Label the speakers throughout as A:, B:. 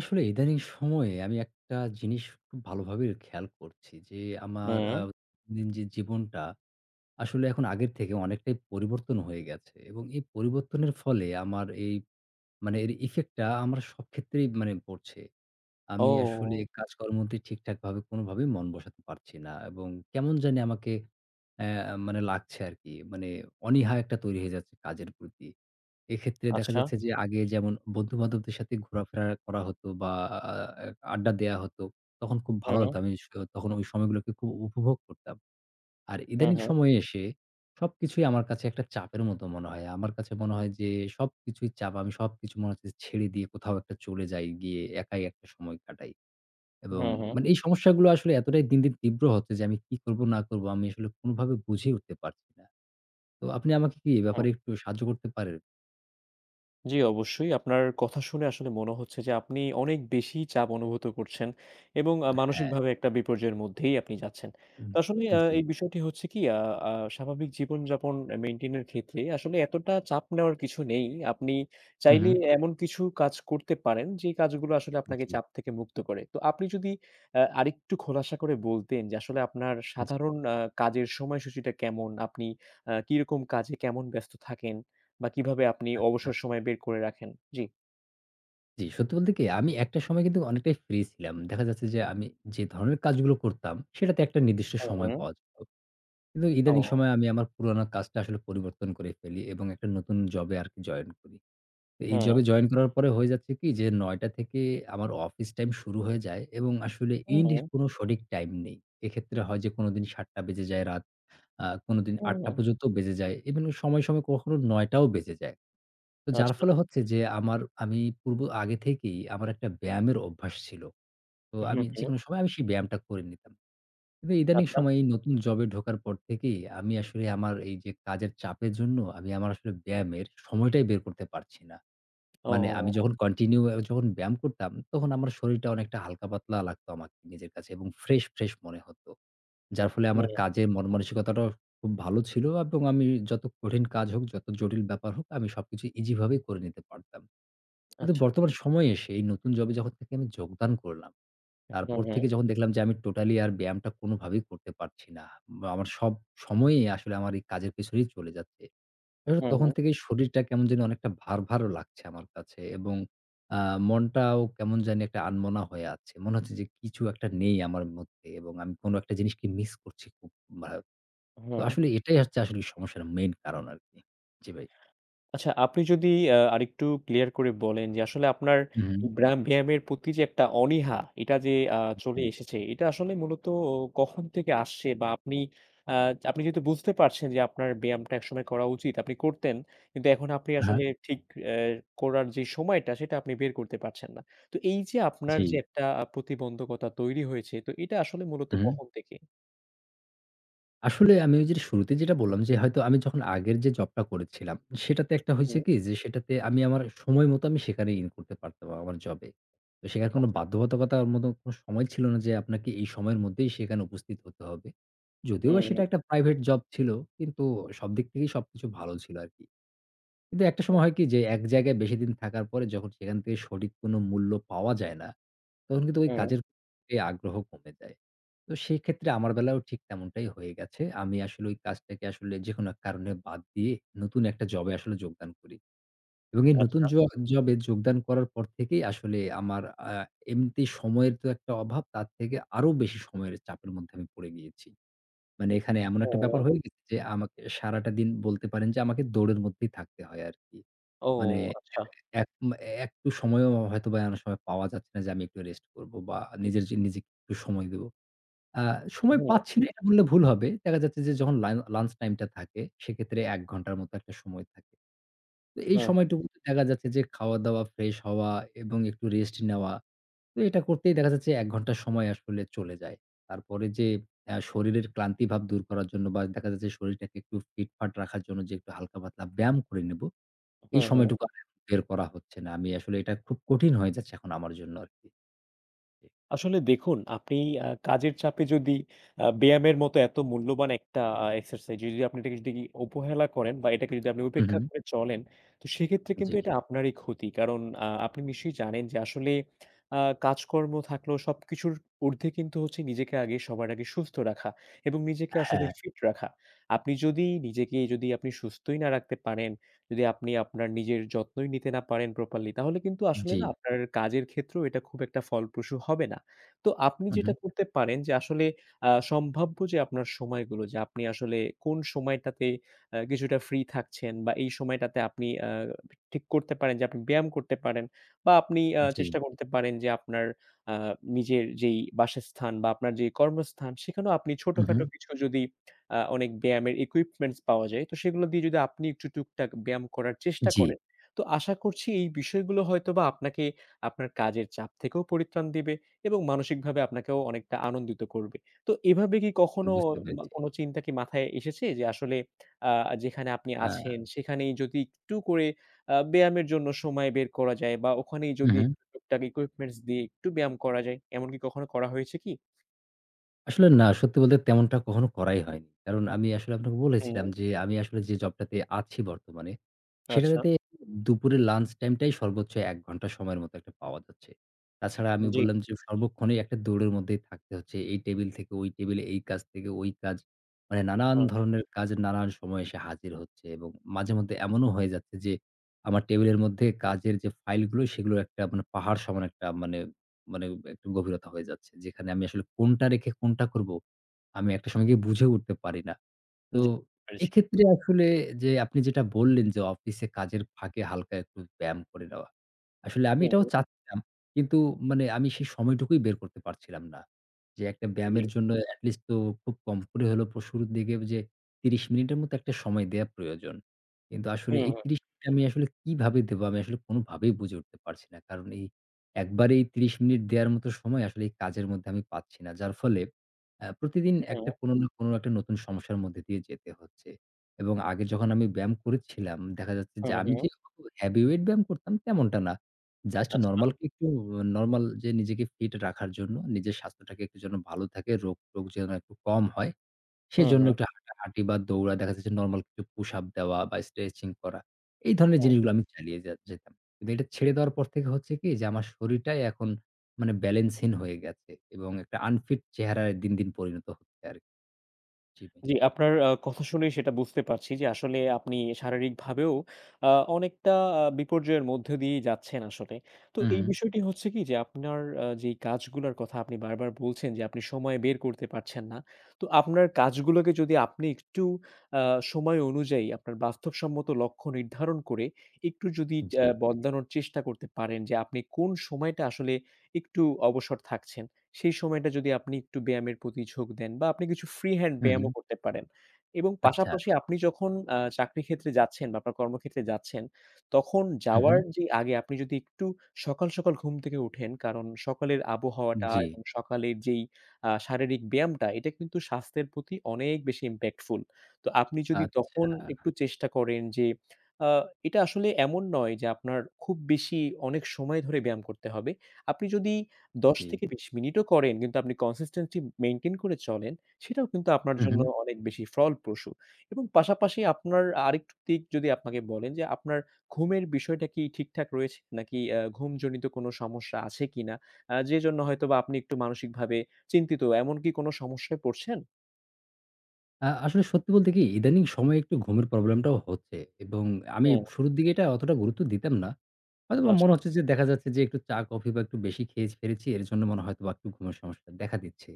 A: আসলে ইদানিং সময়ে আমি একটা জিনিস খুব ভালোভাবে খেয়াল করছি যে আমার
B: হুম।
A: দৈনন্দিন যে জীবনটা আসলে এখন আগের থেকে অনেকটাই পরিবর্তন হয়ে গেছে এবং এই পরিবর্তনের ফলে আমার এই মানে এর ইফেক্টটা আমার সব ক্ষেত্রেই মানে পড়ছে। আমি আসলে
B: ও!
A: কাজকর্মতে ঠিকঠাকভাবে কোনোভাবেই মন বসাতে পারছি না এবং কেমন জানি আমাকে মানে লাগছে আরকি। মানে অনীহা একটা তৈরি হয়ে যাচ্ছে কাজের প্রতি। এক্ষেত্রে দেখা
B: আচ্ছা।
A: যাচ্ছে যে আগে যেমন বন্ধু-বান্ধবদের সাথে ঘোরাফেরা করা হতো বা আ আ আড্ডা দেয়া হতো। তখন খুব ভালো
B: হুম,
A: লাগতো। আমি স তখন ওই সময়গুলোকে খুব উপভোগ করতাম। আর
B: হু,
A: ইদানিং
B: হু,
A: সময়ে এসে সবকিছুই আমার কাছে একটা চাপের মতো মনে হয়। আমার কাছে মনে হয় যে সবকিছুই চাপ। আমি সবকিছু মনে হচ্ছে ছেড়ে দিয়ে কোথাও একটা চলে যাই গিয়ে একাই একটা সময় কাটাই। এবং
B: হু, হু,
A: মানে এই সমস্যাগুলো আসলে এতটাই দিন, দিন তীব্র হচ্ছে যে আমি কি করব না করব আমি আসলে কোনভাবে বুঝে উঠতে পারছি না। তো আপনি আমাকে কি এ
B: হু।
A: ব্যাপারে একটু সাহায্য করতে পারেন?
B: জি, অবশ্যই। আপনার কথা শুনে আসলে মনে হচ্ছে যে আপনি অনেক বেশি চাপ অনুভূত করছেন এবং
A: হ্যাঁ।
B: মানসিকভাবে একটা বিপর্যয়ের মধ্যেই আপনি যাচ্ছেন।
A: হুম,
B: তো আসলে
A: জি।
B: এই বিষয়টি হচ্ছে কি আ আ স্বাভাবিক জীবনযাপন মেইনটেইন এর ক্ষেত্রে আসলে এতটা চাপ নেওয়ার কিছু নেই। আপনি
A: হু, হু।
B: চাইলে এমন কিছু কাজ করতে পারেন যে কাজগুলো আসলে আপনাকে
A: জি,
B: চাপ থেকে মুক্ত করে। তো আপনি যদি আরেকটু খোলাসা করে বলতেন যে আসলে আপনার
A: জি।
B: সাধারণ কাজের সময়সূচিটা কেমন? আপনি কিরকম কাজে কেমন ব্যস্ত থাকেন? বা কিভাবে আপনি
A: আচ্ছা।
B: অবসর সময় বের করে রাখেন? জি।
A: জি, সত্যি বলতে কি আমি একটা সময় কিন্তু অনেকটাই ফ্রি ছিলাম। দেখা যাচ্ছে যে আমি যে ধরনের কাজগুলো করতাম সেটাতে একটা নির্দিষ্ট সময়
B: হুম,
A: পাওয়া যেত। কিন্তু ইদানিং সময়ে
B: ও
A: আমি আমার পুরানো কাজটা আসলে পরিবর্তন করে ফেলি এবং একটা নতুন জবে আরকি জয়েন করি। তো এই
B: হুম,
A: জবে জয়েন করার পরে হয়ে যাচ্ছে কি যে ৯ টা থেকে আমার অফিস টাইম শুরু হয়ে যায় এবং আসলে এন্ড এর
B: হুম,
A: কোনো সঠিক টাইম নেই। এক্ষেত্রে হয় যে কোনোদিন ৭ টা বেজে যায় রাত, কোনোদিন ৮
B: হুম,
A: টা পর্যন্ত বেজে যায়। ইভেন সময়, সময় কখনো ৯ টাও বেজে যায়। তো যার
B: আচ্ছা।
A: ফলে হচ্ছে যে আমার আমি পূর্ব আগে থেকেই আমার একটা ব্যায়ামের অভ্যাস ছিল। তো
B: হুম,
A: আমি
B: হুম,
A: যেকোনো সময় আমি সেই ব্যায়ামটা করে নিতাম। কিন্তু ইদানিং
B: আচ্ছা।
A: সময়ে এই নতুন জবে ঢোকার পর থেকেই আমি আসলে আমার এই যে কাজের চাপের জন্য আমি আমার আসলে ব্যায়ামের সময়টাই বের করতে পারছি না। মানে আমি
B: ও
A: যখন কন্টিনিউ আ যখন ব্যায়াম করতাম তখন আমার শরীরটা অনেকটা হালকা পাতলা লাগতো আমাকে নিজের কাছে এবং ফ্রেশ, ফ্রেশ মনে হতো। যার ফলে
B: হুম,
A: আমার কাজের মন মানসিকতাটাও খুব ভালো ছিল এবং আমি যত কঠিন কাজ হোক, যত জটিল ব্যাপার হোক আমি সবকিছু ইজি ভাবেই করে নিতে পারতাম। কিন্তু
B: আচ্ছা।
A: বর্তমান সময়ে এসে এই নতুন জবে যখন থেকে আমি যোগদান করলাম,
B: হুম,
A: তারপর
B: হুম,
A: থেকে যখন দেখলাম যে আমি টোটালি আর ব্যায়ামটা কোনভাবেই করতে পারছি না। বা আমার সব সময়ই আসলে আমার এই কাজের পেছনেই চলে যাচ্ছে। আসলে
B: হুম,
A: তখন থেকেই শরীরটা কেমন যেন অনেকটা ভার, ভার লাগছে আমার কাছে এবং আ মনটাও কেমন জানি একটা আনমনা হয়ে আছে। মনে হচ্ছে যে কিছু একটা নেই আমার মধ্যে এবং আমি কোন একটা জিনিসকে মিস করছি খুব ভা
B: হুম,
A: তো
B: হুম।
A: আসলে এটাই হচ্ছে আসলে সমস্যার মেইন কারণ আরকি। জি ভাই।
B: আচ্ছা আপনি যদি আরেকটু ক্লিয়ার করে বলেন যে আসলে আপনার
A: হু, হু।
B: এই ব্যায়ামের প্রতি যে একটা অনীহা এটা যে আ
A: জি।
B: চলে এসেছে এটা আসলে মূলত কখন থেকে আসছে? বা আপনি আ আপনি যেহেতু বুঝতে পারছেন যে আপনার ব্যায়ামটা একসময় করা উচিত, আপনি করতেন। কিন্তু এখন আপনি
A: হ্যাঁ, হ্যাঁ।
B: আসলে ঠিক অ্যা করার যে সময়টা সেটা আপনি বের করতে পারছেন না। তো এই যে আপনার
A: জি।
B: যে একটা প্রতিবন্ধকতা তৈরি হয়েছে তো এটা আসলে মূলত
A: হু, হু।
B: কখন থেকে?
A: আসলে আমি ওই যে শুরুতে যেটা বললাম যে হয়তো আমি যখন আগের যে জবটা করেছিলাম, সেটাতে একটা হইছে
B: হুম,
A: কি যে সেটাতে আমি আমার সময় মতো আমি সেখানে ইন করতে পারতাম আমার জবে। তো সেখানে কোনো
B: আচ্ছা।
A: বাধ্যবাধকতার মতো কোনো সময় ছিল না যে আপনাকে এই সময়ের মধ্যেই সেখানে উপস্থিত হতে হবে। যদিও বা
B: হুম,
A: সেটা একটা প্রাইভেট জব ছিল কিন্তু সব দিক থেকেই সবকিছু ভালো ছিল আরকি। কিন্তু একটা
B: হুম,
A: সময় হয় কি যে এক জায়গায় বেশিদিন থাকার পরে যখন সেখান থেকে সঠিক কোনো মূল্য পাওয়া যায় না, তখন কিন্তু ওই
B: হুম,
A: কাজের প্রতি আগ্রহ কমে যায়। তো সেক্ষেত্রে আমার বেলাও ঠিক তেমনটাই হয়ে গেছে। আমি আসলে ওই কাজটাকে আসলে যেকোনো এক কারণে বাদ দিয়ে নতুন একটা জবে আসলে যোগদান করি। এবং এই নতুন
B: আচ্ছা।
A: জবে যোগদান করার পর থেকেই আসলে আমার এমনিতেই সময়ের তো একটা অভাব তার থেকে আরো বেশি সময়ের চাপের মধ্যে আমি পড়ে গিয়েছি। মানে এখানে এমন একটা
B: হুম,
A: ব্যাপার হয়ে গেছে যে আমাকে সারাটা দিন বলতে পারেন যে আমাকে দৌড়ের মধ্যেই থাকতে হয় আরকি।
B: ও
A: মানে
B: আচ্ছা।
A: এক এ একটু সময়ও হয়তোবা অনেক সময় পাওয়া যাচ্ছে না যে আমি একটু রেস্ট করব বা নিজের যে নিজেকে একটু সময় দেব। আ সময়
B: হুম,
A: পাচ্ছি না হুম। এটা বললে ভুল হবে। দেখা যাচ্ছে যে যখন লাঞ্চ টাইমটা থাকে সেক্ষেত্রে ১ ঘন্টার মতো একটা সময় থাকে। তো এই
B: হুম।
A: সময়টুকুতে দেখা যাচ্ছে যে খাওয়া-দাওয়া, ফ্রেশ হওয়া এবং একটু রেস্ট নেওয়া। তো এটা করতেই দেখা যাচ্ছে ১ ঘন্টা সময় আসলে চলে যায়। তারপরে যে শরীরের ক্লান্তি ভাব দূর করার জন্য বা দেখা যাচ্ছে শরীরটাকে একটু ফিটফাট রাখার জন্য যে একটু হালকা-পাতলা ব্যায়াম করে নেব, এই
B: হ্যাঁ, হ্যাঁ,
A: সময়টুকু আর এখন বের করা হচ্ছে না। আমি আসলে এটা খুব কঠিন হয়ে যাচ্ছে এখন আমার জন্য আরকি।
B: আসলে দেখুন, আপনি কাজের চাপে যদি ব্যায়ামের মতো এত মূল্যবান একটা এক্সারসাইজ যদি আপনি এটাকে যদি অবহেলা করেন বা এটাকে যদি আপনি
A: হুম,
B: উপেক্ষা
A: হুম।
B: করে চলেন, তো সেক্ষেত্রে
A: জি।
B: কিন্তু এটা আপনারই ক্ষতি। কারণ আপনি নিশ্চয়ই জানেন যে আসলে আ কাজকর্ম থাকলেও সবকিছুর ঊর্ধ্বে কিন্তু হচ্ছে নিজেকে আগে সবার আগে সুস্থ রাখা এবং নিজেকে আসলে
A: হ্যাঁ,
B: ফিট রাখা। আপনি যদি নিজেকে যদি আপনি সুস্থই না রাখতে পারেন, যদি আপনি আপনার নিজের যত্নই নিতে না পারেন প্রপারলি তাহলে কিন্তু আসলে
A: জি।
B: না আপনার কাজের ক্ষেত্রেও এটা খুব একটা ফলপ্রসূ হবে না। তো আপনি
A: হুম, হুম।
B: যেটা করতে পারেন যে আসলে সম্ভাব্য যে আপনার সময়গুলো যে আপনি আসলে কোন সময়টাতে কিছুটা ফ্রি থাকছেন বা এই সময়টাতে আপনি ঠিক করতে পারেন যে আপনি ব্যায়াম করতে পারেন বা আপনি
A: জি।
B: চেষ্টা করতে পারেন যে আপনার আ নিজের যেই বাসস্থান বা আপনার যে কর্মস্থান সেখানেও আপনি
A: হু, হু।
B: ছোটখাটো কিছু যদি অনেক ব্যায়ামের equipments পাওয়া যায় তো সেগুলো দিয়ে যদি আপনি একটু টুকটাক ব্যায়াম করার চেষ্টা
A: জি,
B: করেন, তো আশা করছি এই বিষয়গুলো হয়তোবা আপনাকে আপনার কাজের চাপ থেকেও পরিত্রাণ দিবে। এবং মানসিকভাবে আপনাকেও অনেকটা আনন্দিত করবে। তো এভাবে কি কখনো
A: বুঝতে পেরেছি।
B: কোনো চিন্তা কি মাথায় এসেছে যে আসলে আ যেখানে আপনি
A: আ
B: আছেন সেখানেই যদি একটু করে ব্যায়ামের জন্য সময় বের করা যায় বা ওখানেই
A: হু,
B: যদি
A: হু।
B: একটু টুকটাক equipments দিয়ে একটু ব্যায়াম করা যায়, এমন কি কখনো করা হয়েছে কি?
A: আসলে না সত্যি বলতে তেমনটা কখনো করাই হয়নি। কারণ আমি আসলে আপনাকে বলেছিলাম
B: হুম,
A: যে, আমি আসলে যে জবটাতে আছি বর্তমানে,
B: আচ্ছা।
A: সেটাতে দুপুরের লাঞ্চ টাইমটাই সর্বোচ্চ ১ ঘন্টা সময়ের মতো একটা পাওয়া যাচ্ছে। তাছাড়া আমি
B: জি,
A: বললাম যে সর্বক্ষণই একটা দৌড়ের মধ্যেই থাকতে হচ্ছে। এই টেবিল থেকে ওই টেবিলে, এই কাজ থেকে ওই কাজ। মানে নানান
B: হুম,
A: ধরনের কাজ নানান সময়ে এসে হাজির হচ্ছে এবং মাঝে মধ্যে এমনও হয়ে যাচ্ছে যে, আমার টেবিলের মধ্যে কাজের যে ফাইলগুলো সেগুলো একটা মানে পাহাড় সমান একটা মানে মানে একটু গভীরতা হয়ে যাচ্ছে। যেখানে আমি আসলে কোনটা রেখে কোনটা করব, আমি একটা সময় গিয়ে বুঝে উঠতে পারি না। তো
B: জি, বুঝতে পেরেছি।
A: এক্ষেত্রে আসলে যে আপনি যেটা বললেন যে অফিসে কাজের ফাঁকে হালকা একটু ব্যায়াম করে নেওয়া। আসলে আমি
B: হুম,
A: এটাও চাচ্ছিলাম। কিন্তু মানে আমি সেই সময়টুকুই বের করতে পারছিলাম না। যে একটা
B: জি।
A: ব্যায়ামের জন্য এট লিস্ট তো খুব কম করে হলেও শুরুর দিকে যে ৩০ মিনিটের মতো একটা সময় দেয়া প্রয়োজন। কিন্তু আসলে
B: হুম,
A: এই
B: হুম,
A: ৩০ মিনিট আমি আসলে কিভাবে দেবো? আমি আসলে কোনভাবেই বুঝে উঠতে পারছি না। কারণ এই একবারেই ৩০ মিনিট দেয়ার মতো সময় আসলে এই কাজের মধ্যে আমি পাচ্ছি না। যার ফলে প্রতিদিন একটা কোনো না কোনো একটা নতুন সমস্যার মধ্যে দিয়ে যেতে হচ্ছে। এবং আগে যখন আমি ব্যায়াম করেছিলাম, দেখা যাচ্ছে
B: হুম,
A: যে
B: হুম,
A: আমি যে
B: হুম।
A: হেভি ওয়েট ব্যায়াম করতাম তেমনটা না। জাস্ট
B: আচ্ছা।
A: নরমালকে একটু নরমাল যে নিজেকে ফিট রাখার জন্য, নিজের স্বাস্থ্যটাকে একটু যেন ভালো থাকে, রোগ-টোগ যেন একটু কম হয়।
B: হুম,
A: সেজন্য
B: হুম।
A: একটু হাঁটাহাঁটি বা দেখা যাচ্ছে নরমাল কিছু পুশ আপ দেওয়া বা স্ট্রেচিং করা। এই ধরনের
B: হুম।
A: জিনিসগুলো আমি চালিয়ে যেতাম। কিন্তু এটা ছেড়ে দেওয়ার পর থেকে হচ্ছে কি যে আমার শরীরটাই এখন মানে ব্যালেন্সহীন হয়ে গেছে এবং একটা আনফিট চেহারায় দিন, দিন পরিণত হচ্ছে আরকি। জি ভাই।
B: জি, আপনার কথা শুনেই সেটা বুঝতে পারছি যে আসলে আপনি শারীরিকভাবেও আ অনেকটা বিপর্যয়ের মধ্য দিয়েই যাচ্ছেন আসলে। তো
A: হু, হু।
B: এই বিষয়টি হচ্ছে কি যে আপনার যেই কাজগুলার কথা আপনি বারবার বলছেন যে আপনি সময় বের করতে পারছেন না। তো আপনার কাজগুলোকে যদি আপনি একটু আ সময় অনুযায়ী আপনার বাস্তবসম্মত লক্ষ্য নির্ধারণ করে একটু যদি
A: জি।
B: বদলানোর চেষ্টা করতে পারেন যে আপনি কোন সময়টা আসলে একটু অবসর থাকছেন। সেই সময়টা যদি আপনি একটু ব্যায়ামের প্রতি ঝোঁক দেন বা আপনি কিছু ফ্রি হ্যান্ড হুম।
A: হু, হু।
B: ব্যায়ামও করতে পারেন এবং
A: আচ্ছা।
B: পাশাপাশি আপনি যখন চাকরি ক্ষেত্রে যাচ্ছেন বা আপনার কর্মক্ষেত্রে যাচ্ছেন, তখন
A: হু, হু।
B: যাওয়ার যে আগে আপনি যদি একটু সকাল, সকাল ঘুম থেকে উঠেন কারণ সকালের আবহাওয়াটা
A: জি।
B: এবং সকালের যেই শারীরিক ব্যায়ামটা এটা কিন্তু স্বাস্থ্যের প্রতি অনেক বেশি impactful. তো আপনি যদি তখন
A: আচ্ছা।
B: একটু চেষ্টা করেন যে আ এটা আসলে এমন নয় যে আপনার খুব বেশি অনেক সময় ধরে ব্যায়াম করতে হবে। আপনি যদি
A: জি।
B: ১০-২০ মিনিটও করেন কিন্তু আপনি consistency মেইনটেইন করে চলেন, সেটাও কিন্তু আপনার
A: হু, হু।
B: জন্য অনেক বেশি ফলপ্রসূ এবং পাশাপাশি আপনার আরেকটু দিক যদি আপনাকে বলেন যে আপনার ঘুমের বিষয়টা কি ঠিকঠাক রয়েছে? নাকি ঘুমজনিত কোনো সমস্যা আছে কিনা? যে জন্য হয়তোবা আপনি একটু মানসিকভাবে চিন্তিত, এমন কি কোনো সমস্যায় পড়ছেন?
A: আসলে সত্যি বলতে কি ইদানিং সময়ে একটু ঘুমের প্রবলেমটাও হচ্ছে এবং আমি
B: হুম,
A: শুরুর দিকে এটা অতটা গুরুত্ব দিতাম না। হয়তোবা মনে
B: আচ্ছা।
A: হচ্ছে যে দেখা যাচ্ছে যে একটু চা কফি বা একটু বেশি খেয়ে ফেলেছি এর জন্য মনে হয় হয়তোবা একটু ঘুমের সমস্যাটা দেখা দিচ্ছে।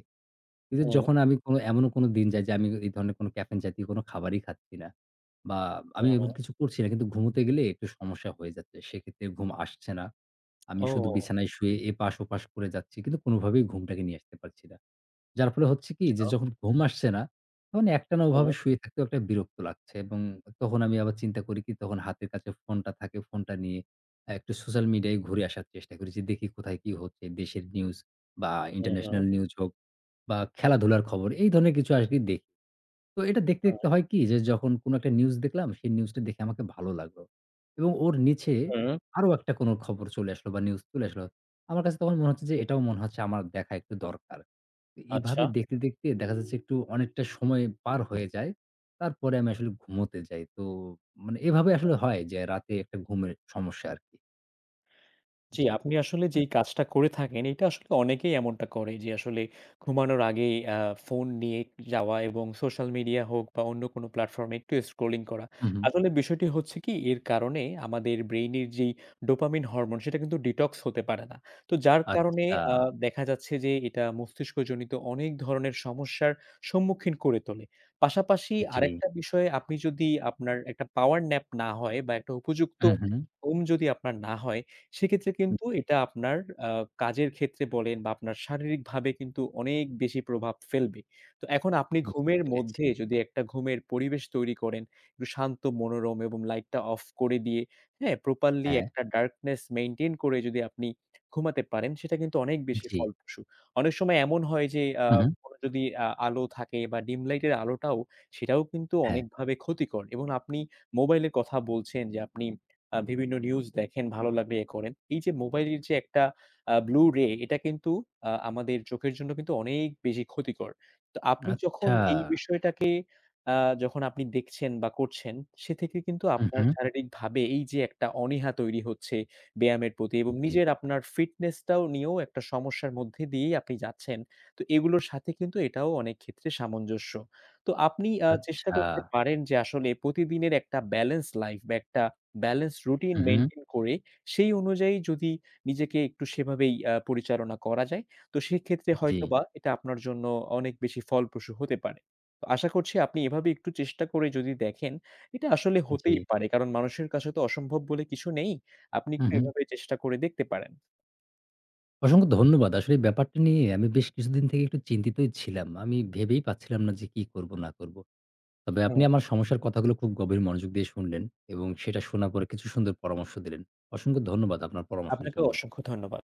A: কিন্তু
B: হুম,
A: যখন আমি কোনো এমনও কোনো দিন যাই যে আমি এই ধরনের কোনো ক্যাফেইন জাতীয় কোনো খাবারই খাচ্ছি না বা আমি
B: হুম,
A: এমন
B: হুম।
A: কিছু করছি না কিন্তু ঘুমোতে গেলে একটু সমস্যা হয়ে যাচ্ছে। সেক্ষেত্রে ঘুম আসছে না। আমি শুধু
B: ও
A: বিছানায় শুয়ে এপাশ ওপাশ করে যাচ্ছি কিন্তু কোনোভাবেই ঘুমটাকে নিয়ে আসতে পারছি না। যার ফলে হচ্ছে কি যে
B: আচ্ছা।
A: যখন ঘুম আসছে না, তখন একটানা
B: হুম,
A: ওভাবে শুয়ে থাকতেও একটা বিরক্ত লাগছে এবং তখন আমি আবার চিন্তা করি কি তখন হাতের কাছে ফোনটা থাকে, ফোনটা নিয়ে একটু সোশ্যাল মিডিয়ায় ঘুরে আসার চেষ্টা করি যে দেখি কোথায় কি হচ্ছে। দেশের নিউজ বা
B: হুম, হুম,
A: ইন্টারন্যাশনাল নিউজ হোক বা খেলাধুলার খবর এই ধরনের কিছু আরকি দেখি। তো এটা দেখতে,
B: হুম,
A: দেখতে হয় কি যে যখন কোন একটা নিউজ দেখলাম সেই নিউজটা দেখে আমাকে ভালো লাগলো এবং ওর নিচে
B: হুম,
A: আরো একটা কোন খবর চলে আসলো বা নিউজ চলে আসলো। আমার কাছে তখন মনে হচ্ছে যে এটাও মনে হচ্ছে আমার দেখা একটু দরকার।
B: আচ্ছা।
A: এভাবে দেখতে, দেখতে দেখা যাচ্ছে একটু অনেকটা সময় পার হয়ে যায়। তারপরে আমি আসলে ঘুমোতে যাই। তো মানে এভাবে আসলে হয় যে রাতে একটা ঘুমের সমস্যা আরকি।
B: জি,
A: জি।
B: আপনি আসলে যেই কাজটা করে থাকেন, এটা আসলে অনেকেই এমনটা করে যে আসলে ঘুমানোর আগেই ফোন নিয়ে যাওয়া এবং সোশ্যাল মিডিয়া হোক বা অন্য কোনো প্ল্যাটফর্মে একটু স্ক্রলিং করা।
A: হু, হু।
B: আসলে বিষয়টি হচ্ছে কি এর কারণে আমাদের ব্রেইনের যেই ডোপামিন হরমোন সেটা কিন্তু ডিটক্স হতে পারে না। তো যার কারণে
A: আচ্ছা।
B: আ দেখা যাচ্ছে যে এটা মস্তিষ্কজনিত অনেক ধরনের সমস্যার সম্মুখীন করে তোলে। পাশাপাশি
A: জি।
B: আরেকটা বিষয়ে আপনি যদি আপনার একটা পাওয়ার ন্যাপ না হয় বা একটা উপযুক্ত
A: হু, হু।
B: ঘুম যদি আপনার না হয় সেক্ষেত্রে
A: হুম,
B: কিন্তু এটা আপনার আ কাজের ক্ষেত্রে বলেন বা আপনার শারীরিকভাবে কিন্তু অনেক বেশি প্রভাব ফেলবে। তো এখন আপনি
A: বুঝতে
B: ঘুমের
A: পেরেছি।
B: মধ্যে যদি একটা ঘুমের পরিবেশ তৈরি করেন, একটু শান্ত মনোরম এবং লাইটটা অফ করে দিয়ে, হ্যাঁ? প্রপারলি
A: হ্যাঁ।
B: একটা ডার্কনেস মেইনটেইন করে যদি আপনি ঘুমাতে পারেন, সেটা কিন্তু অনেক বেশি
A: জি।
B: ফলপ্রসূ। অনেক সময় এমন হয় যে
A: হু, হু।
B: কোনো যদি আলো থাকে বা ডিম লাইটের আলোটাও, সেটাও কিন্তু
A: হ্যাঁ।
B: অনেকভাবে ক্ষতিকর এবং আপনি মোবাইলের কথা বলছেন যে আপনি বিভিন্ন নিউজ দেখেন, ভালো লাগলে এ করেন। এই যে মোবাইলের যে একটা ব্লু রে এটা কিন্তু আমাদের চোখের জন্য কিন্তু অনেক বেশি ক্ষতিকর। তো আপনি যখন
A: আচ্ছা।
B: এই বিষয়টাকে আ যখন আপনি দেখছেন বা করছেন, সে থেকে কিন্তু
A: হু, হু।
B: আপনার শারীরিকভাবে এই যে একটা অনীহা তৈরি হচ্ছে ব্যায়ামের প্রতি এবং
A: জি।
B: নিজের আপনার ফিটনেসটাও নিয়েও একটা সমস্যার মধ্যে দিয়েই আপনি যাচ্ছেন। তো এগুলোর সাথে কিন্তু এটাও অনেক ক্ষেত্রে সামঞ্জস্য। তো আপনি চেষ্টা
A: আচ্ছা।
B: করতে পারেন যে আসলে প্রতিদিনের একটা ব্যালেন্স লাইফ বা একটা ব্যালেন্স রুটিন
A: হু, হু।
B: মেইনটেইন করে সেই অনুযায়ী যদি নিজেকে একটু সেভাবেই পরিচালনা করা যায়, তো সেক্ষেত্রে
A: জি,
B: হয়তোবা এটা আপনার জন্য অনেক বেশি ফলপ্রসূ হতে পারে। তো আশা করছি আপনি এভাবে একটু চেষ্টা করে যদি দেখেন, এটা আসলে
A: জি।
B: হতেই পারে। কারণ মানুষের কাছে তো অসম্ভব বলে কিছু নেই। আপনি
A: হু,
B: একটু
A: হু।
B: এভাবে চেষ্টা করে দেখতে পারেন।
A: অসংখ্য ধন্যবাদ। আসলে এই ব্যাপারটা নিয়ে আমি বেশ কিছুদিন থেকে একটু চিন্তিতই ছিলাম। আমি ভেবেই পাচ্ছিলাম না যে কি করব না করব। তবে আপনি
B: হ্যাঁ।
A: আমার সমস্যার কথাগুলো খুব গভীর মনোযোগ দিয়ে শুনলেন এবং সেটা শোনার পরে কিছু সুন্দর পরামর্শ দিলেন। অসংখ্য ধন্যবাদ আপনার পরামর্শের
B: আপনাকে
A: জন্য।
B: অসংখ্য ধন্যবাদ।